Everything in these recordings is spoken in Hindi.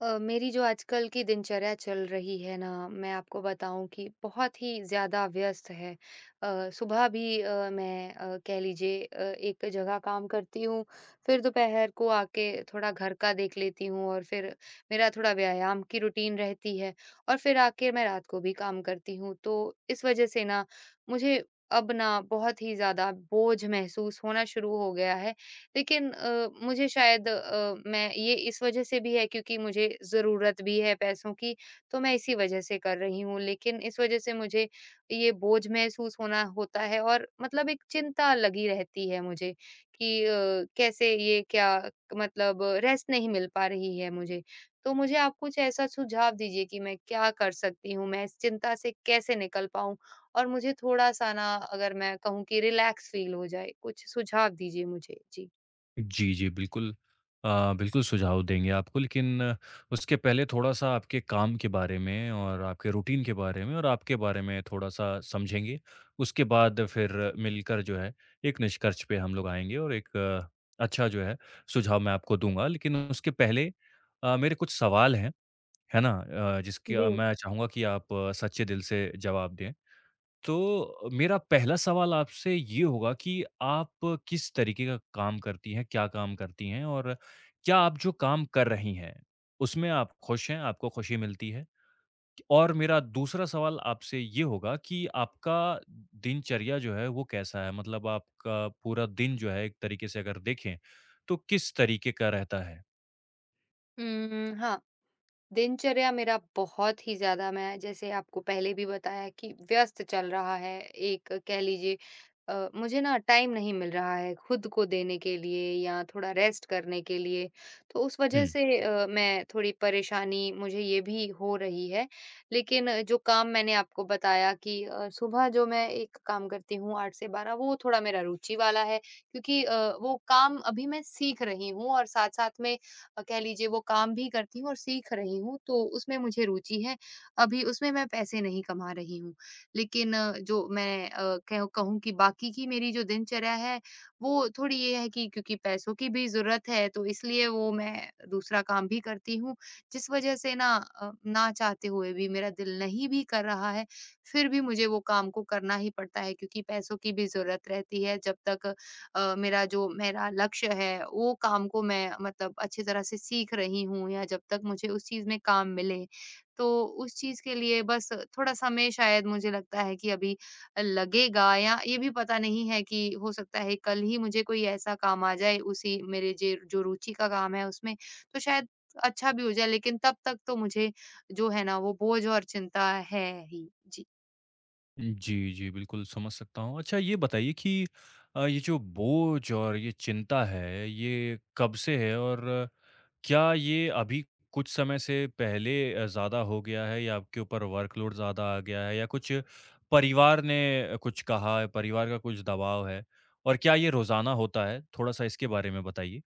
मेरी जो आजकल की दिनचर्या चल रही है ना, मैं आपको बताऊँ कि बहुत ही ज़्यादा व्यस्त है। सुबह भी मैं कह लीजिए एक जगह काम करती हूँ, फिर दोपहर को आके थोड़ा घर का देख लेती हूँ और फिर मेरा थोड़ा व्यायाम की रूटीन रहती है और फिर आके मैं रात को भी काम करती हूँ। तो इस वज़ह से ना मुझे अब ना बहुत ही ज़्यादा बोझ महसूस होना शुरू हो गया है। लेकिन मुझे शायद मैं ये इस वजह से भी है क्योंकि मुझे ज़रूरत भी है पैसों की, तो मैं इसी वजह से कर रही हूँ। लेकिन इस वजह से मुझे ये बोझ महसूस होना होता है और मतलब एक चिंता लगी रहती है मुझे कि कैसे ये क्या मतलब रेस्ट नहीं मिल पा रही है मुझे। तो मुझे आप कुछ ऐसा सुझाव दीजिए कि मैं क्या कर सकती हूँ? मैं इस चिंता से कैसे निकल पाऊँ? और मुझे थोड़ा-सा ना अगर मैं कहूँ कि रिलैक्स फ़ील हो जाए, कुछ सुझाव दीजिए मुझे। जी। जी, जी, बिल्कुल। बिल्कुल सुझाव देंगे आपको लेकिन उसके पहले थोड़ा-सा आपके काम के बारे में और आपके रूटीन के बारे में और आपके बारे में थोड़ा-सा समझेंगे। उसके बाद फिर मिलकर जो है एक निष्कर्ष पे हम लोग आएँगे और एक अच्छा जो है सुझाव मैं आपको दूँगा। लेकिन उसके पहले मेरे कुछ सवाल हैं, है ना? जिसके जी। मैं चाहूँगा कि आप सच्चे दिल से जवाब दें। तो मेरा पहला सवाल आपसे ये होगा कि आप किस तरीके का काम करती हैं, क्या काम करती हैं और क्या आप जो काम कर रही हैं, उसमें आप खुश हैं, आपको खुशी मिलती है? और मेरा दूसरा सवाल आपसे ये होगा कि आपका दिनचर्या जो है वो कैसा है? मतलब आपका पूरा दिन जो है एक तरीके से अगर देखें, तो किस तरीके का रहता है? हाँ, दिनचर्या मेरा बहुत ही ज़्यादा, मैं जैसे आपको पहले भी बताया कि व्यस्त चल रहा है, एक कह लीजिए, मुझे ना टाइम नहीं मिल रहा है खुद को देने के लिए या थोड़ा रेस्ट करने के लिए, तो उस वजह हुँ। से मैं थोड़ी परेशानी मुझे ये भी हो रही है। लेकिन जो काम मैंने आपको बताया कि सुबह जो मैं एक काम करती हूँ 8 से 12, वो थोड़ा मेरा रुचि वाला है, क्योंकि वो काम अभी मैं सीख रही हूँ और साथ-साथ में कह लीजिए वो काम भी करती हूँ और सीख रही हूँ, तो उसमें मुझे रुचि है। अभी उसमें मैं पैसे नहीं कमा रही हूँ। लेकिन जो मैं कह कहूँ कि बाकी की मेरी जो दिनचर्या है, वो थोड़ी ये है कि क्योंकि पैसों की भी ज़रूरत है, तो इसलिए वो मैं दूसरा काम भी करती हूँ, जिस वजह से ना ना चाहते हुए भी मेरा दिल नहीं भी कर रहा है, फिर भी मुझे वो काम को करना ही पड़ता है क्योंकि पैसों की भी ज़रूरत रहती है। जब तक मेरा लक्ष्य है वो काम को मैं मतलब अच्छी तरह से सीख रही हूँ या जब तक मुझे उस चीज़ में काम मिले, तो उस चीज़ के लिए बस थोड़ा समय शायद मुझे लगता है कि अभी लगेगा, या ये भी पता नहीं है कि हो सकता है कल ही मुझे कोई ऐसा काम आ जाए उसी मेरे जे जो रुचि का काम है उसमें, तो शायद अच्छा भी हो जाए, लेकिन तब तक तो मुझे जो है ना वो बोझ और चिंता है ही। जी। जी, जी, बिल्कुल समझ सकता हूँ। अच्छा ये बताइए कि ये जो बोझ और ये चिंता है, ये कब से है और क्या ये अभी कुछ समय से पहले ज़्यादा हो गया है या आपके ऊपर वर्कलोड ज़्यादा आ गया है या कुछ परिवार ने कुछ कहा है, परिवार का कुछ दबाव है? और क्या ये रोज़ाना होता है? थोड़ा-सा इसके बारे में बताइए।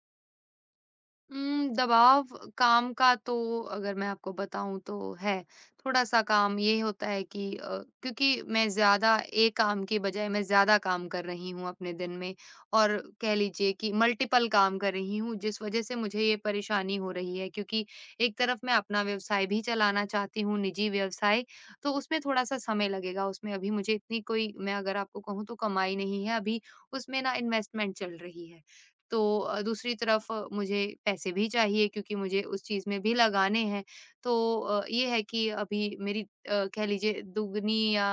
दबाव काम का तो अगर मैं आपको बताऊँ तो है। थोड़ा-सा काम ये होता है कि क्योंकि मैं ज़्यादा, एक काम की बजाय मैं ज़्यादा काम कर रही हूँ अपने दिन में और कह लीजिए कि मल्टीपल काम कर रही हूँ, जिस वज़ह से मुझे ये परेशानी हो रही है क्योंकि एक तरफ मैं अपना व्यवसाय भी चलाना चाहती हूँ, निजी व्यवसाय, तो उसमें थोड़ा-सा समय लगेगा। उसमें अभी मुझे इतनी कोई, मैं अगर आपको कहूँ तो कमाई नहीं है, अभी उसमें ना इन्वेस्टमेंट चल रही है। तो दूसरी तरफ मुझे पैसे भी चाहिए क्योंकि मुझे उस चीज़ में भी लगाने हैं। तो ये है कि अभी मेरी कह लीजिए दुगनी या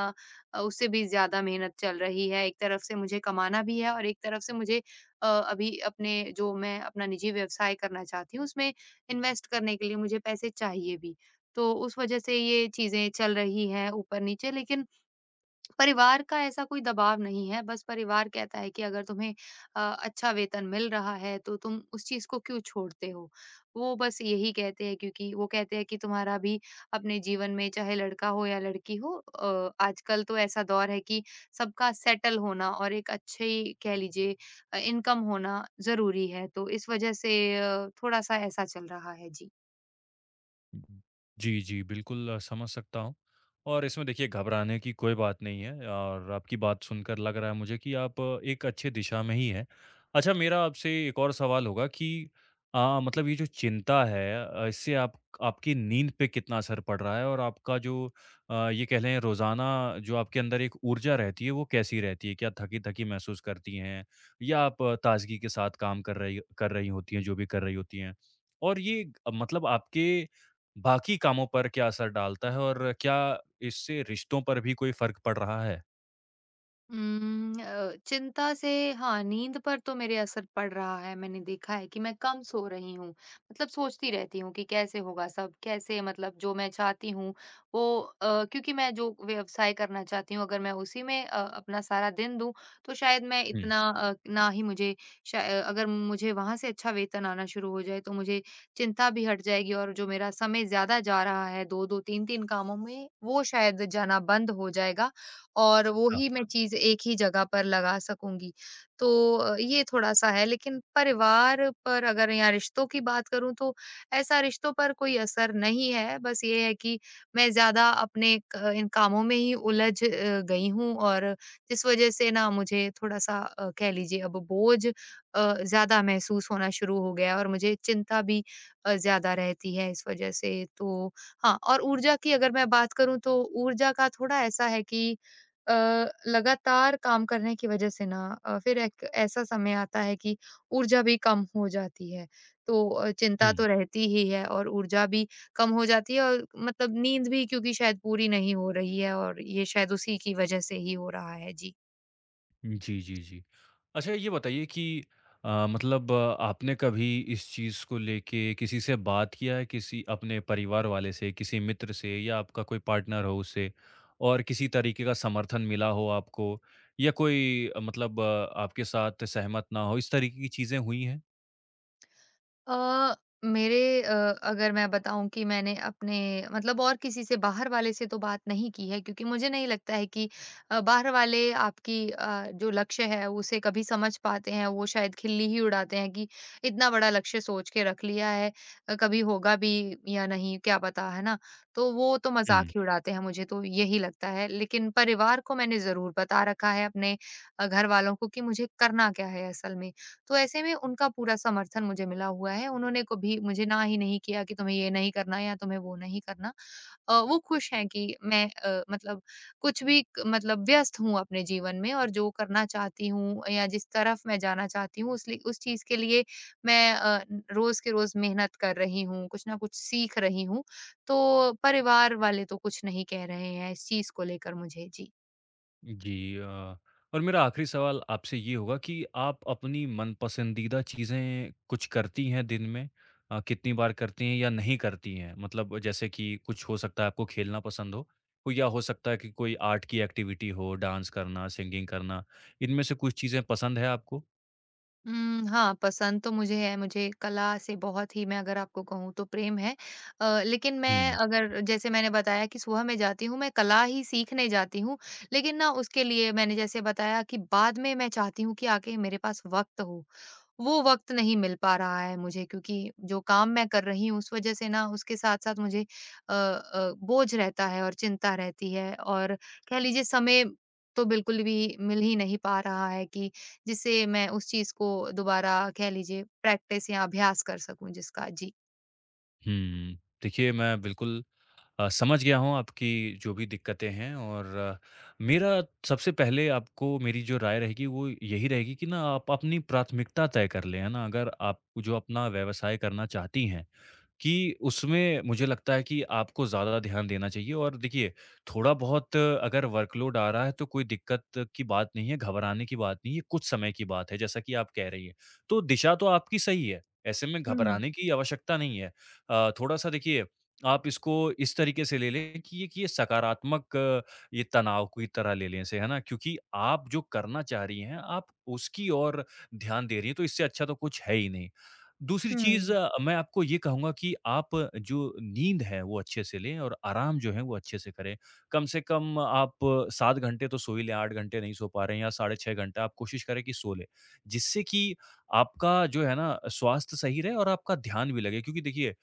उससे भी ज़्यादा मेहनत चल रही है। एक तरफ से मुझे कमाना भी है और एक तरफ से मुझे अभी अपने जो मैं अपना निजी व्यवसाय करना चाहती हूँ, उसमें इन्वेस्ट करने के लिए मुझे पैसे चाहिए भी। तो उस वज़ह से ये चीज़ें चल रही हैं ऊपर-नीचे, लेकिन परिवार का ऐसा कोई दबाव नहीं है, बस परिवार कहता है कि अगर तुम्हें अच्छा वेतन मिल रहा है, तो तुम उस चीज़ को क्यों छोड़ते हो? वो बस यही कहते हैं क्योंकि वो कहते हैं कि तुम्हारा भी अपने जीवन में, चाहे लड़का हो या लड़की हो, आजकल तो ऐसा दौर है कि सबका सेटल होना और एक अच्छी, कह लीजिए, इनकम होना ज़रूरी है, तो इस वज़ह से थोड़ा-सा ऐसा चल रहा है। जी। जी, जी, बिल्कुल समझ सकता हूँ और इसमें देखिए घबराने की कोई बात नहीं है और आपकी बात सुनकर लग रहा है मुझे कि आप एक अच्छे दिशा में ही हैं। अच्छा मेरा आपसे एक और सवाल होगा कि मतलब ये जो चिंता है इससे आप आपकी नींद पे कितना असर पड़ रहा है और आपका जो ये कह लें रोज़ाना जो आपके अंदर एक ऊर्जा रहती है वो कैसी रहती है? क्या थकी-थकी महसूस करती हैं या आप ताज़गी के साथ काम कर रही होती हैं, जो भी कर रही होती हैं? और ये मतलब आपके बाकी कामों पर क्या असर डालता है और क्या इससे रिश्तों पर भी कोई फ़र्क पड़ रहा है? चिंता से, हाँ, नींद पर तो मेरे असर पड़ रहा है। मैंने देखा है कि मैं कम सो रही हूँ। मतलब सोचती रहती हूँ कि कैसे होगा सब, कैसे, मतलब जो मैं चाहती हूँ वो, क्योंकि मैं जो व्यवसाय करना चाहती हूँ, अगर मैं उसी में अपना सारा दिन दूँ तो शायद मैं हुँ, इतना ना ही मुझे शाय अगर मुझे वहाँ से अच्छा वेतन आना शुरू हो जाए तो मुझे चिंता भी हट जाएगी और जो मेरा समय ज़्यादा जा रहा है 2-2 3-3 कामों में, वो शायद जाना बंद हो जाएगा। और वो हाँ, ही मैं चीज़ एक ही जगह पर लगा सकूँगी। तो ये थोड़ा-सा है, लेकिन परिवार पर अगर या रिश्तों की बात करूँ तो ऐसा रिश्तों पर कोई असर नहीं है, बस ये है कि मैं ज़्यादा अपने क इन कामों में ही उलझ गई हूँ और जिस वज़ह से ना मुझे थोड़ा-सा, कह लीजिए, अब बोझ ज़्यादा महसूस होना शुरू हो गया है और मुझे चिंता भी ज़्यादा रहती है इस वज़ह से। तो हाँ, और ऊर्जा की अगर मैं बात करूँ तो ऊर्जा का थोड़ा ऐसा है कि अ, लगातार काम करने की वज़ह से ना फिर एक ऐसा समय आता है कि ऊर्जा भी कम हो जाती है। तो चिंता तो हुँ। रहती ही है और ऊर्जा भी कम हो जाती है और मतलब नींद भी क्योंकि शायद पूरी नहीं हो रही है और ये शायद उसी की वज़ह से ही हो रहा है। जी। जी, जी, जी। अच्छा ये बताइए कि मतलब आपने कभी इस चीज़ को लेके किसी से बात किया है? किसी अपने परिवार वाले से, किसी मित्र से या आपका कोई पार्टनर हो उससे और किसी तरीके का समर्थन मिला हो आपको या कोई मतलब आपके साथ सहमत ना हो, इस तरीके की चीज़ें हुई हैं? अ, मेरे अ, अगर मैं बताऊँ कि मैंने अपने, मतलब और किसी से, बाहर वाले से तो बात नहीं की है क्योंकि मुझे नहीं लगता है कि बाहर वाले आपकी जो लक्ष्य है उसे कभी समझ पाते हैं। वो शायद खिल्ली ही उड़ाते हैं कि इतना बड़ा लक्ष्य सोच के रख लिया है, कभी होगा भी या नहीं क्या पता, है ना? तो वो तो मज़ाक ही उड़ाते हैं, मुझे तो यही लगता है। लेकिन परिवार को मैंने ज़रूर बता रखा है, अपने घर वालों को कि मुझे करना क्या है असल में। तो ऐसे में उनका पूरा समर्थन मुझे मिला हुआ है। उन्होंने कभी मुझे ना ही नहीं किया कि तुम्हें ये नहीं करना या तुम्हें वो नहीं करना। वो खुश हैं कि मैं मतलब कुछ भी क मतलब व्यस्त हूँ अपने जीवन में और जो करना चाहती हूँ या जिस तरफ मैं जाना चाहती हूँ, उस चीज़ के लिए मैं रोज़ के रोज़ मेहनत कर रही हूँ, कुछ न कुछ सीख रही हूँ। तो परिवार वाले तो कुछ नहीं कह रहे हैं इस चीज़ को लेकर मुझे। जी। जी, और मेरा आखिरी सवाल आपसे ये होगा कि आप अपनी मन पसंदीदा चीज़ें कुछ करती हैं दिन में? कितनी बार करती हैं या नहीं करती हैं? मतलब जैसे कि कुछ हो सकता है आपको खेलना पसंद हो, कोई या हो सकता है कि कोई आर्ट की एक्टिविटी हो, डांस करना, सिंगिंग करना, इनमें से कुछ चीज़ें पसंद है आपको? हाँ, पसंद तो मुझे है, मुझे कला से बहुत ही, मैं अगर आपको कहूँ तो, प्रेम है। लेकिन मैं, हुँ, अगर जैसे मैंने बताया कि सुबह मैं जाती हूँ, मैं कला ही सीखने जाती हूँ। लेकिन ना उसके लिए मैंने जैसे बताया कि बाद में मैं चाहती हूँ कि आके मेरे पास वक़्त हो। वो वक़्त नहीं मिल पा रहा है मुझे क्योंकि जो काम मैं कर रही हूँ उस वज़ह से ना, उसके साथ-साथ मुझे बोझ रहता है और चिंता रहती है और, कह लीजिए, समय तो बिल्कुल भी मिल ही नहीं पा रहा है कि जिससे मैं उस चीज़ को दोबारा, कह लीजिए, प्रैक्टिस या अभ्यास कर सकूँ जिसका। जी। हुँ। देखिए मैं बिल्कुल समझ गया हूँ आपकी जो भी दिक्कतें हैं और मेरा सबसे पहले आपको मेरी जो राय रहेगी वो यही रहेगी कि ना आप अपनी प्राथमिकता तय कर लें है ना अगर आप जो अपना व्यवसाय करना चाहती हैं कि उसमें मुझे लगता है कि आपको ज़्यादा ध्यान देना चाहिए और देखिए, थोड़ा बहुत अगर वर्कलोड आ रहा है तो कोई दिक्कत की बात नहीं है, घबराने की बात नहीं है, कुछ समय की बात है जैसा कि आप कह रही हैं। तो दिशा तो आपकी सही है, ऐसे में हुँ, घबराने की आवश्यकता नहीं है। थोड़ा-सा देखिए, आप इसको इस तरीके से ले लें कि एक ये सकारात्मक ये तनाव की तरह ले लें इसे, है ना? क्योंकि आप जो करना चाह रही हैं, आप उसकी ओर ध्यान दे रही हैं, तो इससे अच्छा तो कुछ है ही नहीं। दूसरी चीज़ हुँ, मैं आपको ये कहूँगा कि आप जो नींद है वो अच्छे से लें और आराम जो है वो अच्छे से करें। कम से कम आप 7 घंटे तो सो ही लें, 8 घंटे नहीं सो पा रहे हैं या साढ़े 6 घंटा आप कोशिश करें कि सो लें। जिससे कि आपका जो है ना स्वास्थ्य सही रहे और आपका ध्यान भी लगे क्योंकि देखिए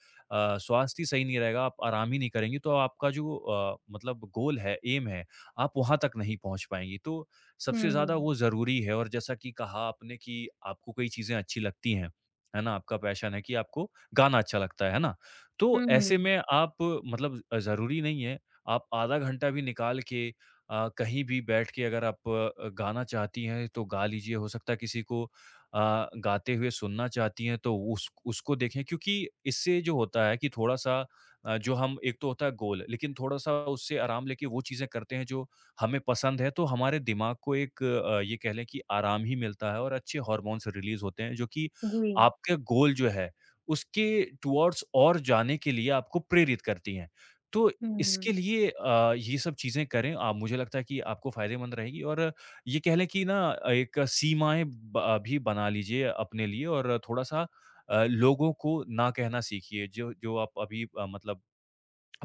स्वास्थ्य ही सही नहीं रहेगा, आप आराम ही नहीं करेंगे तो आपका जो मतलब गोल है, एम है, आप वहाँ तक नहीं पहुँच पाएँगी। तो सबसे हुँ, ज़्यादा वो ज़रूरी है और जैसा कि कहा आपने कि आपको कई चीज़ें अच्छी लगती हैं। है ना? आपका पैशन है कि आपको गाना अच्छा लगता है ना? तो हुँ, ऐसे में आप मतलब ज़रूरी नहीं है, आप आधा घंटा भी निकाल के कहीं भी बैठ के अगर आप गाना चाहती हैं तो गा लीजिए, हो सकता है किसी को गाते हुए सुनना चाहती हैं तो उस उसको देखें क्योंकि इससे जो होता है कि थोड़ा-सा जो हम एक तो होता है गोल, लेकिन थोड़ा-सा उससे आराम लेके वो चीज़ें करते हैं जो हमें पसंद है, तो हमारे दिमाग को एक ये कह लें कि आराम ही मिलता है और अच्छे हॉर्मोन्स रिलीज़ होते हैं जो कि जी, आपके गोल जो है, उसके टुवर्ड्स और जाने के लिए आपको प्रेरित करती हैं। तो इसके हुँ, लिए ये सब चीज़ें करें, मुझे लगता है कि आपको फ़ायदेमंद रहेगी और ये कह लें कि ना एक सीमाएँ ब भी बना लीजिए अपने लिए और थोड़ा-सा लोगों को ना कहना सीखिए, जो जो आप अभी मतलब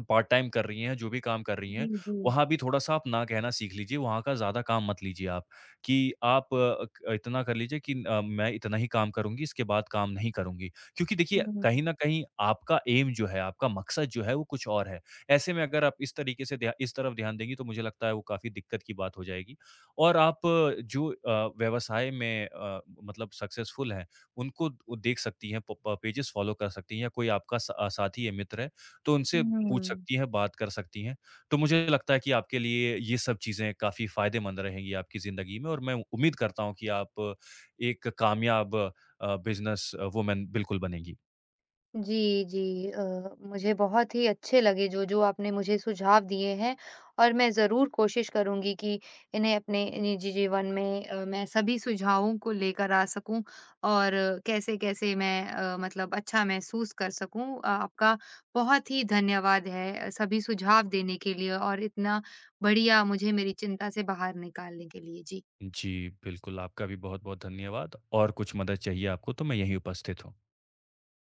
पार्ट टाइम कर रही हैं, जो भी काम कर रही जी, हैं, जी, वहाँ भी थोड़ा-सा आप ना कहना सीख लीजिए, वहाँ का ज़्यादा काम मत लीजिए आप, कि आप अ, क इतना कर लीजिए कि मैं इतना ही काम करूँगी, इसके बाद काम नहीं करूँगी। क्योंकि देखिए, हुँ, कहीं न कहीं आपका एम जो है, आपका मकसद जो है, वो कुछ और है। ऐसे में अगर आप इस तरीके से ध्या इस तरफ ध्यान देंगी, तो मुझे लगता है वो काफ़ी दिक्कत की बात हो जाएगी और आप जो व्यवसाय में मतलब सक्सेसफुल हैं, उनको द देख सकती हैं, प प पेजेज़ फॉलो कर सकती हैं या कोई आपका सा साथी या मित्र है, तो उनसे पूछ हुँ। सकती हैं, बात कर सकती हैं। तो मुझे लगता है कि आपके लिए ये सब चीज़ें काफ़ी फ़ायदेमंद रहेंगी आपकी ज़िंदगी में और मैं उम्मीद करता हूँ कि आप एक कामयाब बिज़नेस वुमन बिल्कुल बनेंगी। जी, जी। मुझे बहुत ही अच्छे लगे जो-जो आपने मुझे सुझाव दिए हैं और मैं ज़रूर कोशिश करूँगी कि इन्हें अपने निजी जीवन में, मैं सभी सुझावों को लेकर आ सकूँ और कैसे-कैसे मैं मतलब अच्छा महसूस कर सकूँ। आपका बहुत ही धन्यवाद है, सभी सुझाव देने के लिए और इतना बढ़िया मुझे मेरी चिंता से बाहर निकालने के लिए। जी। जी, बिल्कुल, आपका भी बहुत-बहुत धन्यवाद और कुछ मदद चाहिए आपको तो मैं यहीं उपस्थित हूँ।